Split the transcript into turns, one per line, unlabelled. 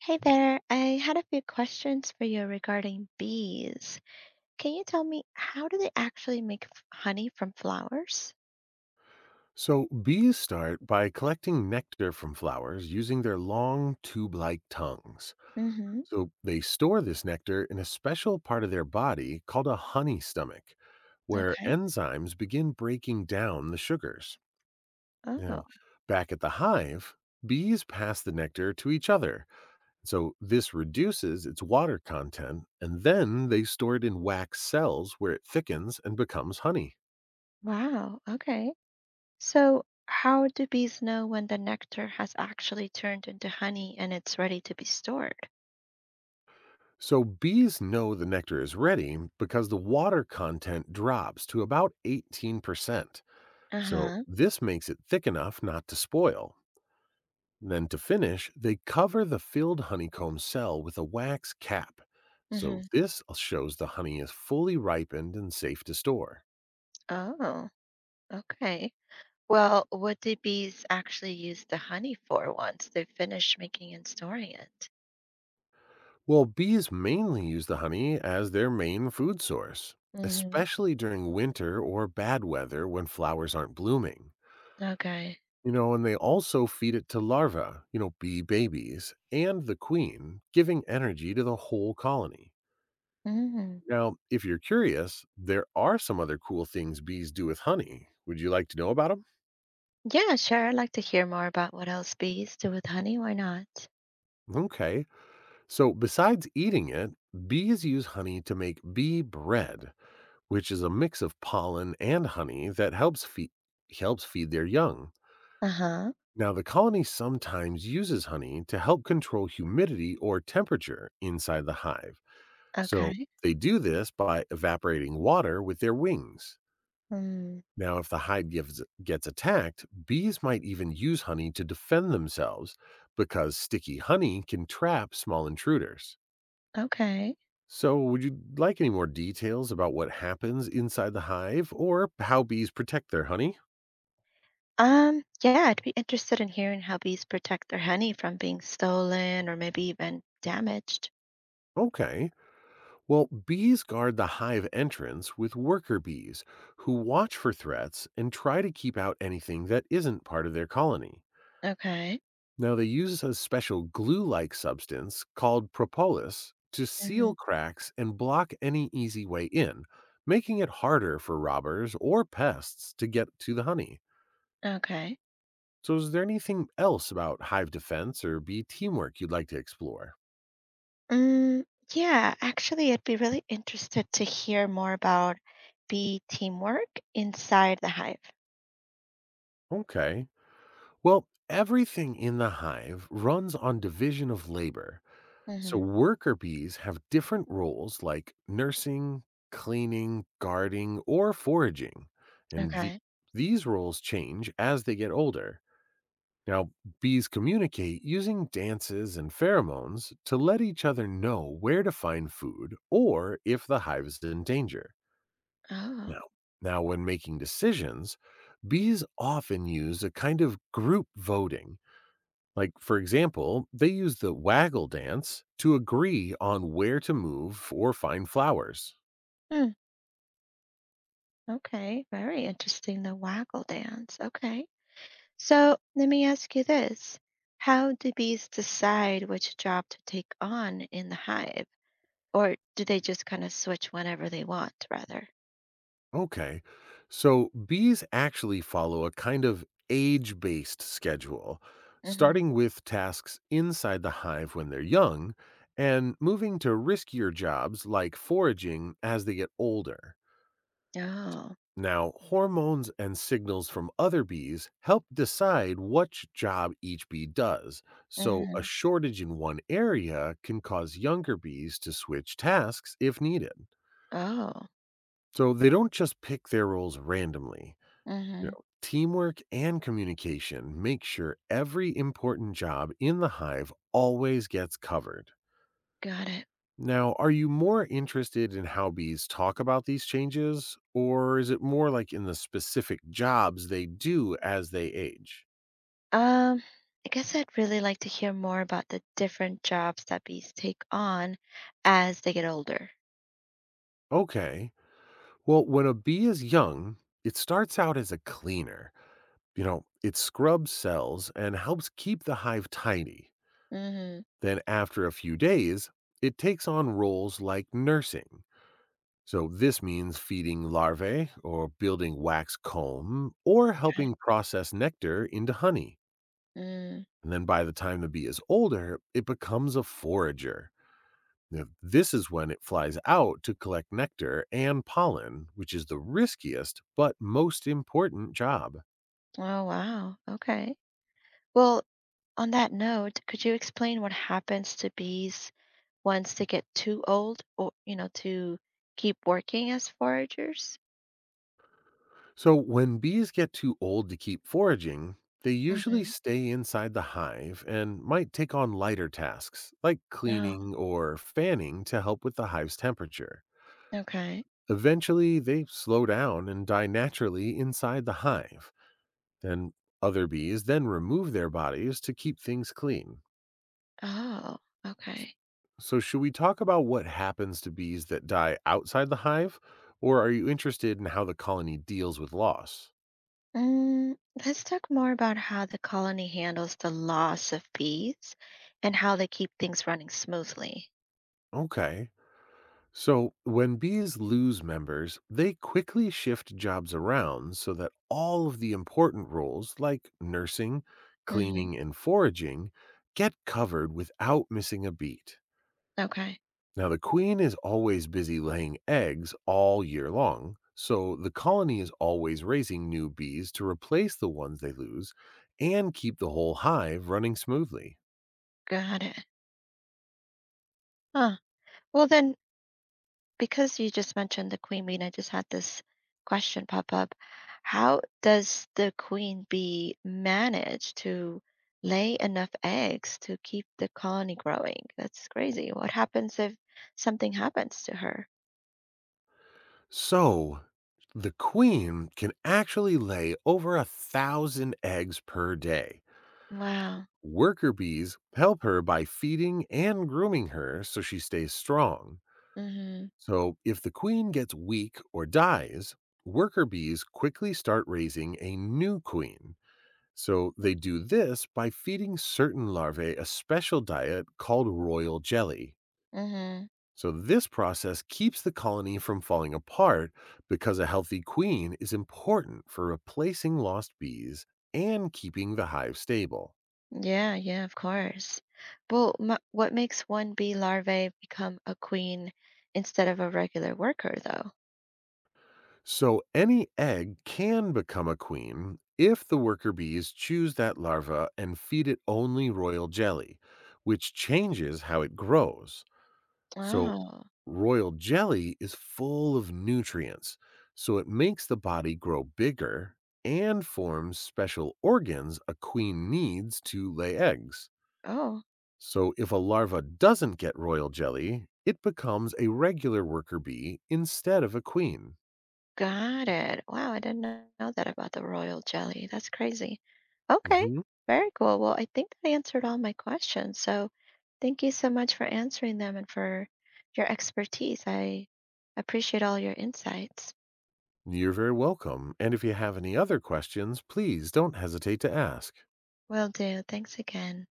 Hey there, I had a few questions for you regarding bees. Can you tell me how do they actually make honey from flowers?
So, bees start by collecting nectar from flowers using their long tube like tongues.
Mm-hmm.
So, they store this nectar in a special part of their body called a honey stomach, where
Okay.
enzymes begin breaking down the sugars.
Oh,
Now, back at the hive, bees pass the nectar to each other. So, this reduces its water content, and then they store it in wax cells where it thickens and becomes honey.
wow. Okay. So, how do bees know when the nectar has actually turned into honey and it's ready to be stored?
So bees know the nectar is ready because the water content drops to about 18%. So
Uh-huh.
this makes it thick enough not to spoil. Then to finish, they cover the filled honeycomb cell with a wax cap. So
Mm-hmm.
this shows the honey is fully ripened and safe to store.
Oh, okay. Well, what do bees actually use the honey for once they've finished making and storing it?
Well, bees mainly use the honey as their main food source,
Mm-hmm.
especially during winter or bad weather when flowers aren't blooming.
Okay.
You know, and they also feed it to larvae, you know, bee babies, and the queen, giving energy to the whole colony.
Mm-hmm.
Now, if you're curious, there are some other cool things bees do with honey. Would you like to know about them?
Yeah, sure. I'd like to hear more about what else bees do with honey. Why not?
Okay. So, besides eating it, bees use honey to make bee bread, which is a mix of pollen and honey that helps feed their young.
Uh-huh.
Now, the colony sometimes uses honey to help control humidity or temperature inside the hive. So
Okay.
they do this by evaporating water with their wings.
Mm,
Now, if the gets attacked, bees might even use honey to defend themselves because sticky honey can trap small intruders.
okay.
So, would you like any more details about what happens inside the hive or how bees protect their honey?
Yeah, I'd be interested in hearing how bees protect their honey from being stolen or maybe even damaged.
Okay. Well, bees guard the hive entrance with worker bees who watch for threats and try to keep out anything that isn't part of their colony.
Okay.
Now, they use a special glue like substance called propolis to
Hmm.
seal cracks and block any easy way in, making it harder for robbers or pests to get to the honey.
Okay.
So, is there anything else about hive defense or bee teamwork you'd like to explore?
Mm, yeah, actually, I'd be really interested to hear more about bee teamwork inside the hive.
Okay. Well, everything in the hive runs on division of labor. So,
Hmm.
worker bees have different roles like nursing, cleaning, guarding, or foraging. And the,
Okay.
these roles change as they get older. Now, bees communicate using dances and pheromones to let each other know where to find food or if the hive is in danger.
Oh.
Now, now, when making decisions, bees often use a kind of group voting like, for example, they use the waggle dance to agree on where to move or find flowers.
Hmm. Okay. Very interesting. The waggle dance. Okay. So let me ask you this. How do bees decide which job to take on in the hive? Or do they just kind of switch whenever they want, rather?
Okay. So, bees actually follow a kind of age based schedule,
Hmm.
starting with tasks inside the hive when they're young and moving to riskier jobs like foraging as they get older.
Oh,
Now, hormones and signals from other bees help decide which job each bee does. So, a
hmm.
shortage in one area can cause younger bees to switch tasks if needed.
Oh,
So, they don't just pick their roles randomly. You
hmm.
know, teamwork and communication make sure every important job in the hive always gets covered.
Got it.
Now, are you more interested in how bees talk about these changes, or is it more like in the specific jobs they do as they age?
Um, I guess I'd really like to hear more about the different jobs that bees take on as they get older.
Okay. Well, when a bee is young, it starts out as a cleaner. You know, it scrubs cells and helps keep the hive tidy.
Mm-hmm.
Then, after a few days, it takes on roles like nursing. So, this means feeding larvae, or building wax comb, or helping process nectar into honey.
Mm.
And then by the time the bee is older, it becomes a forager. Now, this is when it flies out to collect nectar and pollen, which is the riskiest but most important job.
Oh, wow. Okay. Well, on that note, could you explain what happens to bees once they get too old or, you know, to keep working as foragers?
So, when bees get too old to keep foraging, they usually
Mm-hmm.
stay inside the hive and might take on lighter tasks like
Oh,
cleaning or fanning to help with the hive's temperature.
okay.
Eventually, they slow down and die naturally inside the hive. And Other bees then remove their bodies to keep things clean.
Oh, okay.
So, should we talk about what happens to bees that die outside the hive, or are you interested in how the colony deals with loss?
Mm, let's talk more about how the colony handles the loss of bees and how they keep things running smoothly.
Okay. So, when bees lose members, they quickly shift jobs around so that all of the important roles, like nursing,
Mm-hmm.
cleaning, and foraging, get covered without missing a beat.
Okay,
Now, the queen is always busy laying eggs all year long, so the colony is always raising new bees to replace the ones they lose and keep the whole hive running smoothly.
got it. Huh. Well, then, because you just mentioned the queen bee, and I just had this question pop up. How does the queen bee manage to lay enough eggs to keep the colony growing? That's crazy. What happens if something happens to her?
So, the queen can actually lay over 1,000 eggs per day.
Wow.
Worker bees help her by feeding and grooming her so she stays strong.
Mhm.
So, if the queen gets weak or dies, worker bees quickly start raising a new queen. So they do this by feeding certain larvae a special diet called royal jelly.
Mhm.
So this process keeps the colony from falling apart because a healthy queen is important for replacing lost bees and keeping the hive stable.
Yeah, yeah, of course. Well, ma what makes one bee larvae become a queen instead of a regular worker, though?
So any egg can become a queen if the worker bees choose that larva and feed it only royal jelly, which changes how it grows. So,
Oh.
royal jelly is full of nutrients, so it makes the body grow bigger and forms special organs a queen needs to lay eggs.
Oh.
So, if a larva doesn't get royal jelly, it becomes a regular worker bee instead of a queen.
Got it. Wow, I didn't know that about the royal jelly. That's crazy. Okay,
Mhm.
very cool. Well, I think that answered all my questions. So thank you so much for answering them and for your expertise. I appreciate all your insights.
You're very welcome. And if you have any other questions, please don't hesitate to ask.
Will do. Thanks again.